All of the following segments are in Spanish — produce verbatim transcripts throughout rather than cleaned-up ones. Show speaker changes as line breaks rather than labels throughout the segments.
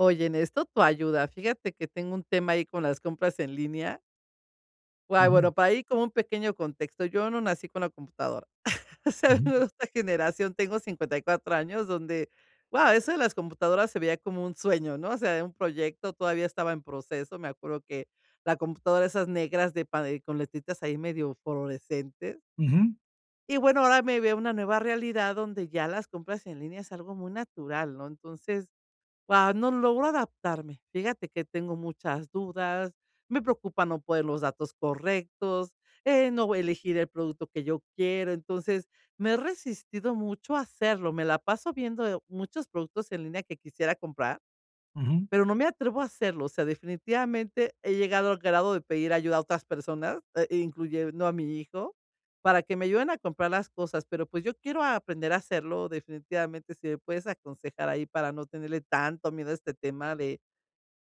Oye, en esto tu ayuda. Fíjate que tengo un tema ahí con las compras en línea. Guau,
Ujú,
bueno, para ahí como un pequeño contexto, yo no nací con la computadora. O sea,
ujú,
vengo de otra generación, tengo cincuenta y cuatro años, donde, guau, eso de las computadoras se veía como un sueño, ¿no? O sea, un proyecto todavía estaba en proceso. Me acuerdo que la computadora, esas negras de pa- eh, con letritas ahí medio fluorescentes.
ujú,
Y bueno, ahora me veo una nueva realidad donde ya las compras en línea es algo muy natural, ¿no? Entonces, guau, no logro adaptarme. Fíjate que tengo muchas dudas, me preocupa no poner los datos correctos, eh, no elegir el producto que yo quiero. Entonces, me he resistido mucho a hacerlo. Me la paso viendo eh, muchos productos en línea que quisiera comprar,
ujú,
pero no me atrevo a hacerlo. O sea, definitivamente he llegado al grado de pedir ayuda a otras personas, eh, e incluyendo a mi hijo, para que me ayuden a comprar las cosas. Pero, pues, yo quiero aprender a hacerlo. Definitivamente, si me puedes aconsejar ahí para no tenerle tanto miedo a este tema de,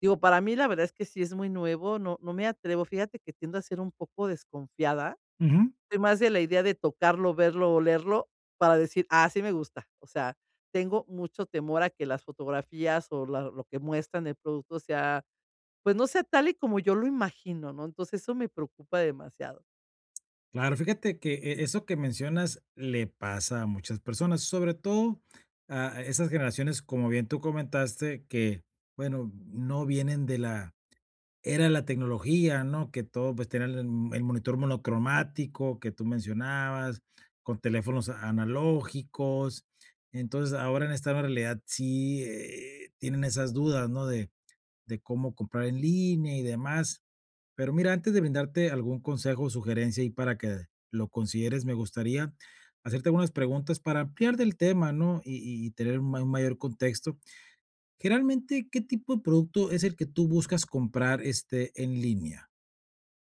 digo, para mí la verdad es que sí es muy nuevo. No, no me atrevo. Fíjate que tiendo a ser un poco desconfiada.
ujú.
Soy más de la idea de tocarlo, verlo, olerlo, para decir: "Ah, sí me gusta". O sea, tengo mucho temor a que las fotografías o la lo que muestran el producto sea, pues, no sea tal y como yo lo imagino, ¿no? Entonces, eso me preocupa demasiado.
Claro, fíjate que e eso que mencionas le pasa a muchas personas, sobre todo a esas generaciones, como bien tú comentaste, que, bueno, no vienen de la era de la tecnología, ¿no? Que todo, pues, tenían el m- el monitor monocromático que tú mencionabas, con teléfonos a- analógicos. Entonces, ahora en esta nueva realidad sí, eh, tienen esas dudas, ¿no? De de cómo comprar en línea y demás. Pero mira, antes de brindarte algún consejo o sugerencia y para que lo consideres, me gustaría hacerte algunas preguntas para ampliar del tema, ¿no? Y, y- y tener un, ma- un mayor contexto. Generalmente, ¿qué tipo de producto es el que tú buscas comprar este, en línea?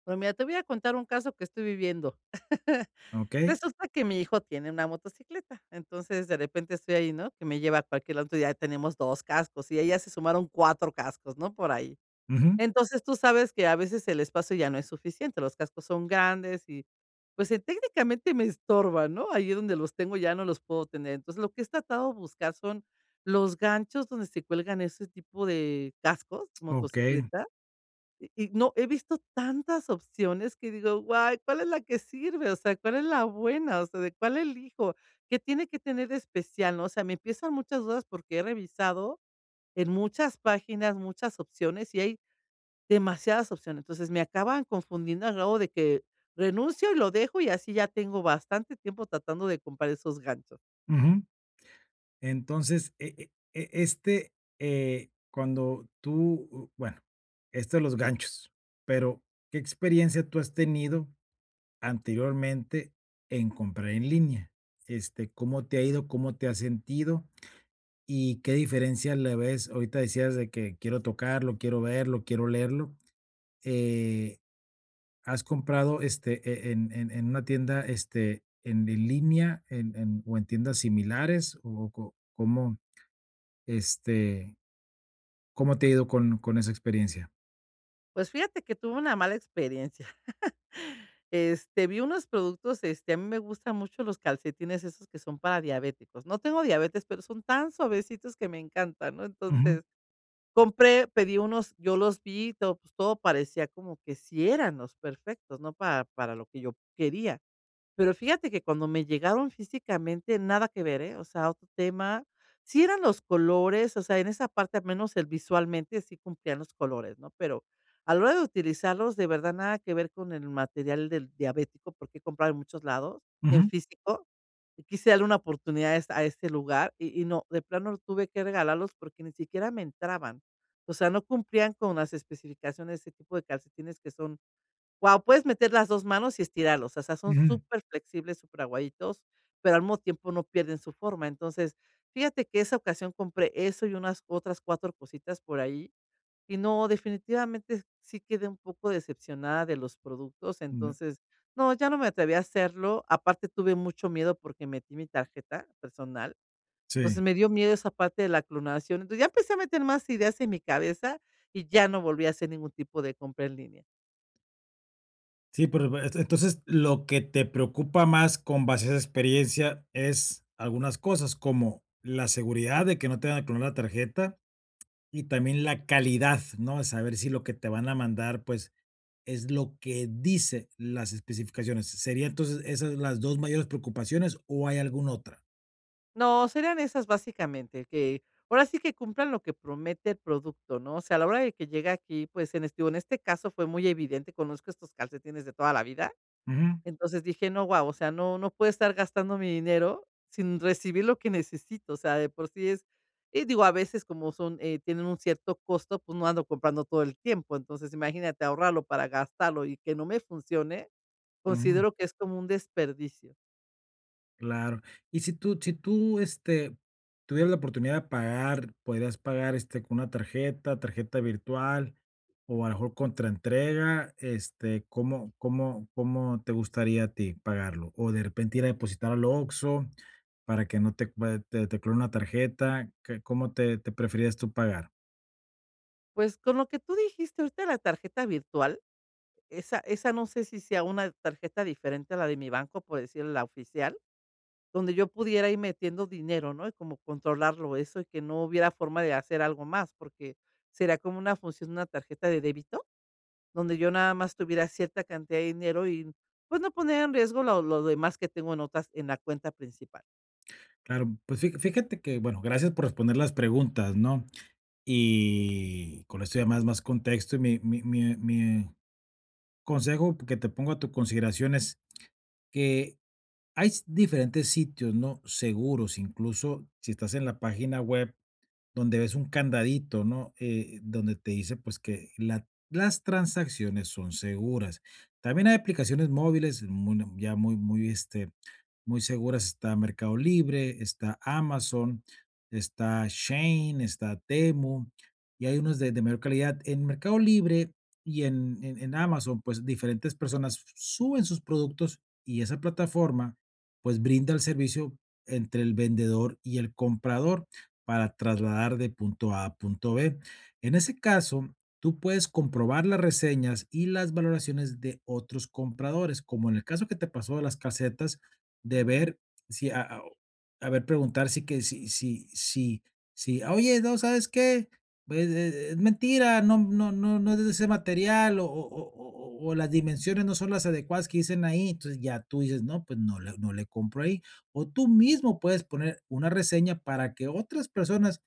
Pero mira, te voy a contar un caso que estoy viviendo.
¿Ok?
Resulta que mi hijo tiene una motocicleta. Entonces, de repente estoy ahí, ¿no?, que me lleva a cualquier lado. Entonces, ya tenemos dos cascos, y ahí ya se sumaron cuatro cascos, ¿no?, por ahí.
Ujú,
Entonces, tú sabes que a veces el espacio ya no es suficiente, los cascos son grandes y, pues, eh, técnicamente me estorban, ¿no? Allí donde los tengo ya no los puedo tener. Entonces, lo que he tratado de buscar son los ganchos donde se cuelgan ese tipo de cascos,
ok,
motocicleta, y y no, he visto tantas opciones que digo: "Guay, ¿cuál es la que sirve? O sea, ¿cuál es la buena? O sea, ¿de cuál elijo? ¿Qué tiene que tener de especial?", ¿no? O sea, me empiezan muchas dudas porque he revisado en muchas páginas, muchas opciones, y hay demasiadas opciones. Entonces, me acaban confundiendo al grado de que renuncio y lo dejo, y así ya tengo bastante tiempo tratando de comprar esos ganchos.
ujú. Entonces, e- e- e- este, eh, cuando tú, u- bueno, esto de los ganchos, pero ¿qué experiencia tú has tenido anteriormente en comprar en línea? Este, ¿cómo te ha ido? ¿Cómo te has sentido? ¿Y qué diferencia le ves? Ahorita decías de que quiero tocarlo, quiero verlo, quiero leerlo. Eh, ¿has comprado este e- en, en- en una tienda este en, en línea en, en- o en tiendas similares? ¿O, co- cómo este cómo te ha ido con, con esa experiencia?
Pues fíjate que tuve una mala experiencia. Este, vi unos productos, este, a mí me gustan mucho los calcetines esos que son para diabéticos. No tengo diabetes, pero son tan suavecitos que me encantan, ¿no?
Ujú,
Entonces, compré, pedí unos, yo los vi, todo, pues, todo parecía como que sí eran los perfectos, ¿no? Para, para lo que yo quería. Pero fíjate que cuando me llegaron físicamente, nada que ver, ¿eh? O sea, otro tema. Sí eran los colores, o sea, en esa parte, al menos el visualmente, sí cumplían los colores, ¿no? Pero a la hora de utilizarlos, de verdad, nada que ver con el material del diabético, porque he comprado en muchos lados, en
ujú,
físico. Y quise darle una oportunidad a es- a este lugar y, y no, de plano tuve que regalarlos porque ni siquiera me entraban. O sea, no cumplían con las especificaciones de ese tipo de calcetines que son, wow, puedes meter las dos manos y estirarlos, o sea, son
ujú.
súper flexibles, superflexibles, aguaditos, pero al mismo tiempo no pierden su forma. Entonces, fíjate que esa ocasión compré eso y unas otras cuatro cositas por ahí, y no, definitivamente sí quedé un poco decepcionada de los productos.
Mm,
Entonces, no, ya no me atreví a hacerlo. Aparte, tuve mucho miedo porque metí mi tarjeta personal,
sí.
entonces me dio miedo esa parte de la clonación. Entonces, ya empecé a meter más ideas en mi cabeza y ya no volví a hacer ningún tipo de compra en línea.
Sí, pero e entonces, lo que te preocupa más con base a esa experiencia es algunas cosas, como la seguridad de que no te vayan a clonar la tarjeta y también la calidad, ¿no? Saber si lo que te van a mandar, pues, es lo que dice las especificaciones. ¿Sería entonces esas las dos mayores preocupaciones o hay alguna otra?
No, serían esas básicamente, que ahora sí que cumplan lo que promete el producto, ¿no? O sea, a la hora de que llega aquí, pues en este, en este caso fue muy evidente, conozco estos calcetines de toda la vida.
Ujú,
Entonces, dije, no, wow, o sea, no, no puedo estar gastando mi dinero sin recibir lo que necesito. O sea, de por sí es, y digo, a veces como son, eh, tienen un cierto costo, pues no ando comprando todo el tiempo. Entonces, imagínate ahorrarlo para gastarlo y que no me funcione.
ujú.
Considero que es como un desperdicio.
Claro. Y si tú si tú, este, tuvieras la oportunidad de pagar, ¿podrías pagar, este, con una tarjeta, tarjeta virtual o a lo mejor contraentrega? Este, ¿cómo cómo cómo te gustaría a ti pagarlo? O de repente ir a depositar al Oxxo para que no te cue te te clonen una tarjeta, ¿qué cómo te te preferirías tú pagar?
Pues con lo que tú dijiste ahorita de la tarjeta virtual, Esa esa no sé si sea una tarjeta diferente a la de mi banco, por decir la oficial, donde yo pudiera ir metiendo dinero, ¿no? Y como controlarlo eso y que no hubiera forma de hacer algo más, porque sería como una función de una tarjeta de débito, donde yo nada más tuviera cierta cantidad de dinero y, pues, no poner en riesgo lo lo demás que tengo en otras en la cuenta principal.
Claro, pues fija fíjate que, bueno, gracias por responder las preguntas, ¿no? Y con esto ya más más contexto y mi mi mi mi consejo que te pongo a tu consideración es que hay s- diferentes sitios, ¿no? Seguros, incluso si estás en la página web donde ves un candadito, ¿no? Eh, donde te dice pues que la- las transacciones son seguras. También hay aplicaciones móviles muy, ya muy, muy, este, muy seguras, está Mercado Libre, está Amazon, está Shane está Temu, y hay unos de, de mayor calidad. En Mercado Libre y en, en, en Amazon, pues diferentes personas suben sus productos y esa plataforma pues brinda el servicio entre el vendedor y el comprador para trasladar de punto A a punto B. En ese caso, tú puedes comprobar las reseñas y las valoraciones de otros compradores, como en el caso que te pasó de las casetas, de
Mm.
ver si a a a ver, preguntar si que si si si si: "Oye, no, ¿sabes qué? Pues, e es mentira, no no no no es de ese material, o o o o o las dimensiones no son las adecuadas que dicen ahí". Entonces, ya tú dices: "No, pues no le no le compro ahí". O tú mismo puedes poner una reseña para que otras personas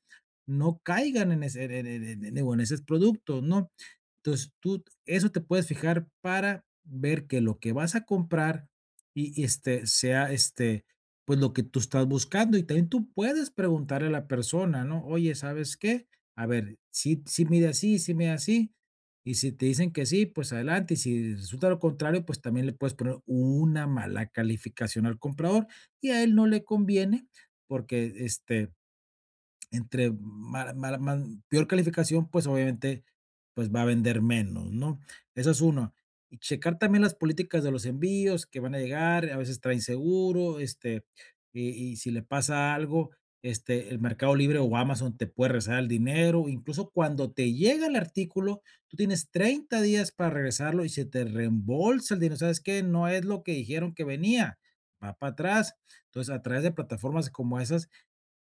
no caigan en ese en en en en en digo, en esos productos, ¿no? Entonces, tú eso te puedes fijar para ver que lo que vas a comprar y y, este, sea, este, pues, lo que tú estás buscando, y también tú puedes preguntarle a la persona, ¿no? Oye, ¿sabes qué? A ver, si si mide así, sí mide así, y si te dicen que sí, pues adelante, y si resulta lo contrario, pues también le puedes poner una mala calificación al comprador, y a él no le conviene porque, este, entre mala mala ma peor calificación, pues, obviamente, pues, va a vender menos, ¿no? Eso es uno. Y checar también las políticas de los envíos que van a llegar, a veces traen seguro, este, y y si le pasa algo, este, el Mercado Libre o Amazon te puede regresar el dinero, incluso cuando te llega el artículo, tú tienes treinta días para regresarlo y se te reembolsa el dinero, ¿sabes qué? No es lo que dijeron que venía, va para atrás. Entonces, a través de plataformas como esas,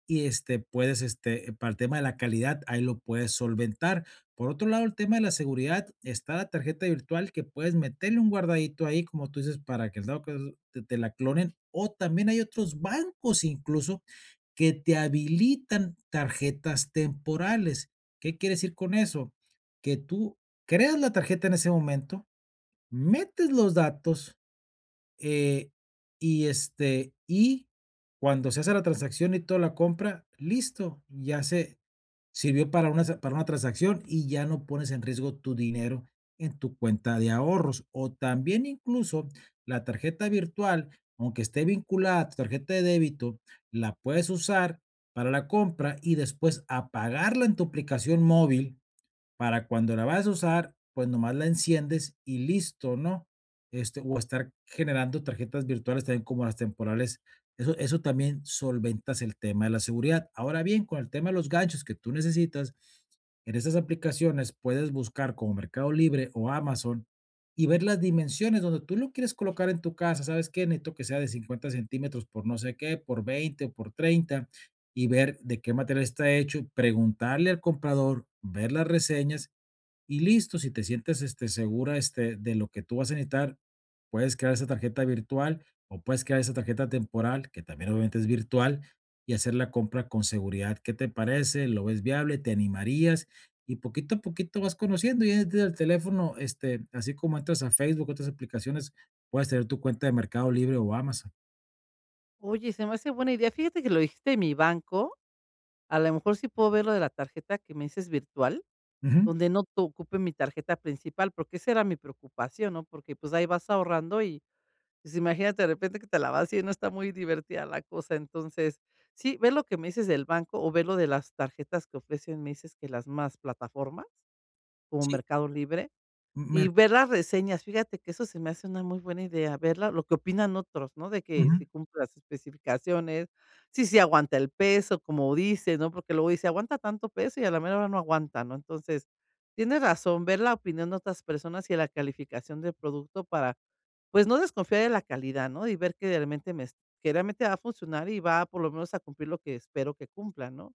y, este, puedes, este, para el tema de la calidad, ahí lo puedes solventar. Por otro lado, el tema de la seguridad, está la tarjeta virtual que puedes meterle un guardadito ahí, como tú dices, para que el dado caso te te la clonen, o también hay otros bancos incluso que te habilitan tarjetas temporales. ¿Qué quiere decir con eso? Que tú creas la tarjeta en ese momento, metes los datos, eh, y, este, y cuando se hace la transacción y toda la compra, listo, ya se sirvió para una, sa- para una transacción y ya no pones en riesgo tu dinero en tu cuenta de ahorros. O también incluso la tarjeta virtual, aunque esté vinculada a tu tarjeta de débito, la puedes usar para la compra y después apagarla en tu aplicación móvil, para cuando la vas a usar, pues nomás la enciendes y listo, ¿no? Este, o estar generando tarjetas virtuales también como las temporales. Eso, eso también solventas el tema de la seguridad. Ahora bien, con el tema de los ganchos que tú necesitas, en esas aplicaciones puedes buscar como Mercado Libre o Amazon y ver las dimensiones donde tú lo quieres colocar en tu casa. ¿Sabes qué? Necesito que sea de cincuenta centímetros por no sé qué, por veinte o por treinta, y ver de qué material está hecho, preguntarle al comprador, ver las reseñas y listo. Si te sientes, este, segura, este, de lo que tú vas a necesitar, puedes crear esa tarjeta virtual o puedes crear esa tarjeta temporal, que también obviamente es virtual, y hacer la compra con seguridad. ¿Qué te parece? ¿Lo ves viable? ¿Te animarías? Y poquito a poquito vas conociendo y desde el teléfono, este, así como entras a Facebook, otras aplicaciones, puedes tener tu cuenta de Mercado Libre o Amazon.
Oye, se me hace buena idea. Fíjate que lo dijiste de mi banco, a lo mejor sí puedo ver lo de la tarjeta que me dices virtual.
Ujú.
Donde no te ocupe mi tarjeta principal, porque esa era mi preocupación, ¿no? Porque, pues, ahí vas ahorrando y, pues, imagínate de repente que te la vas y no está muy divertida la cosa. Entonces, sí, ve lo que me dices del banco o ve lo de las tarjetas que ofrecen, me dices que las más plataformas, como
Sí,
Mercado Libre,
mer,
y ver las reseñas. Fíjate que eso se me hace una muy buena idea, verla, lo que opinan otros, ¿no? De que
ujú,
si cumple las especificaciones, si si aguanta el peso, como dice, ¿no? Porque luego dice, aguanta tanto peso y a la mera hora no aguanta, ¿no? Entonces, tienes razón, ver la opinión de otras personas y la calificación del producto para, pues, no desconfiar de la calidad, ¿no? Y ver que realmente me, es- que realmente va a funcionar y va por lo menos a cumplir lo que espero que cumpla, ¿no?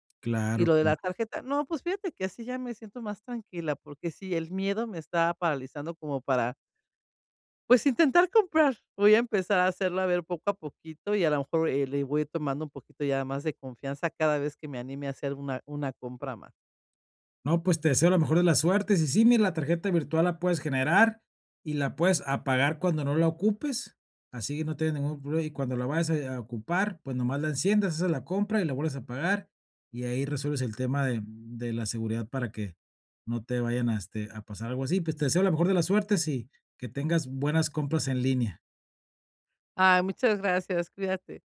Y
claro,
lo de
claro.
la tarjeta, no, pues fíjate que así ya me siento más tranquila, porque sí, el miedo me está paralizando como para, pues, intentar comprar. Voy a empezar a hacerlo, a ver, poco a poquito y a lo mejor, eh, le voy tomando un poquito ya más de confianza cada vez que me anime a hacer una una compra más.
No, pues te deseo la mejor de las suertes. Y sí, mira, la tarjeta virtual la puedes generar y la puedes apagar cuando no la ocupes. Así que no tienes ningún problema. Y cuando la vayas a, a ocupar, pues nomás la enciendas, haces la compra y la vuelves a pagar. Y ahí resuelves el tema de, de la seguridad para que no te vayan a, este, a pasar algo así. Pues te deseo la mejor de las suertes y que tengas buenas compras en línea.
Ay, muchas gracias, cuídate.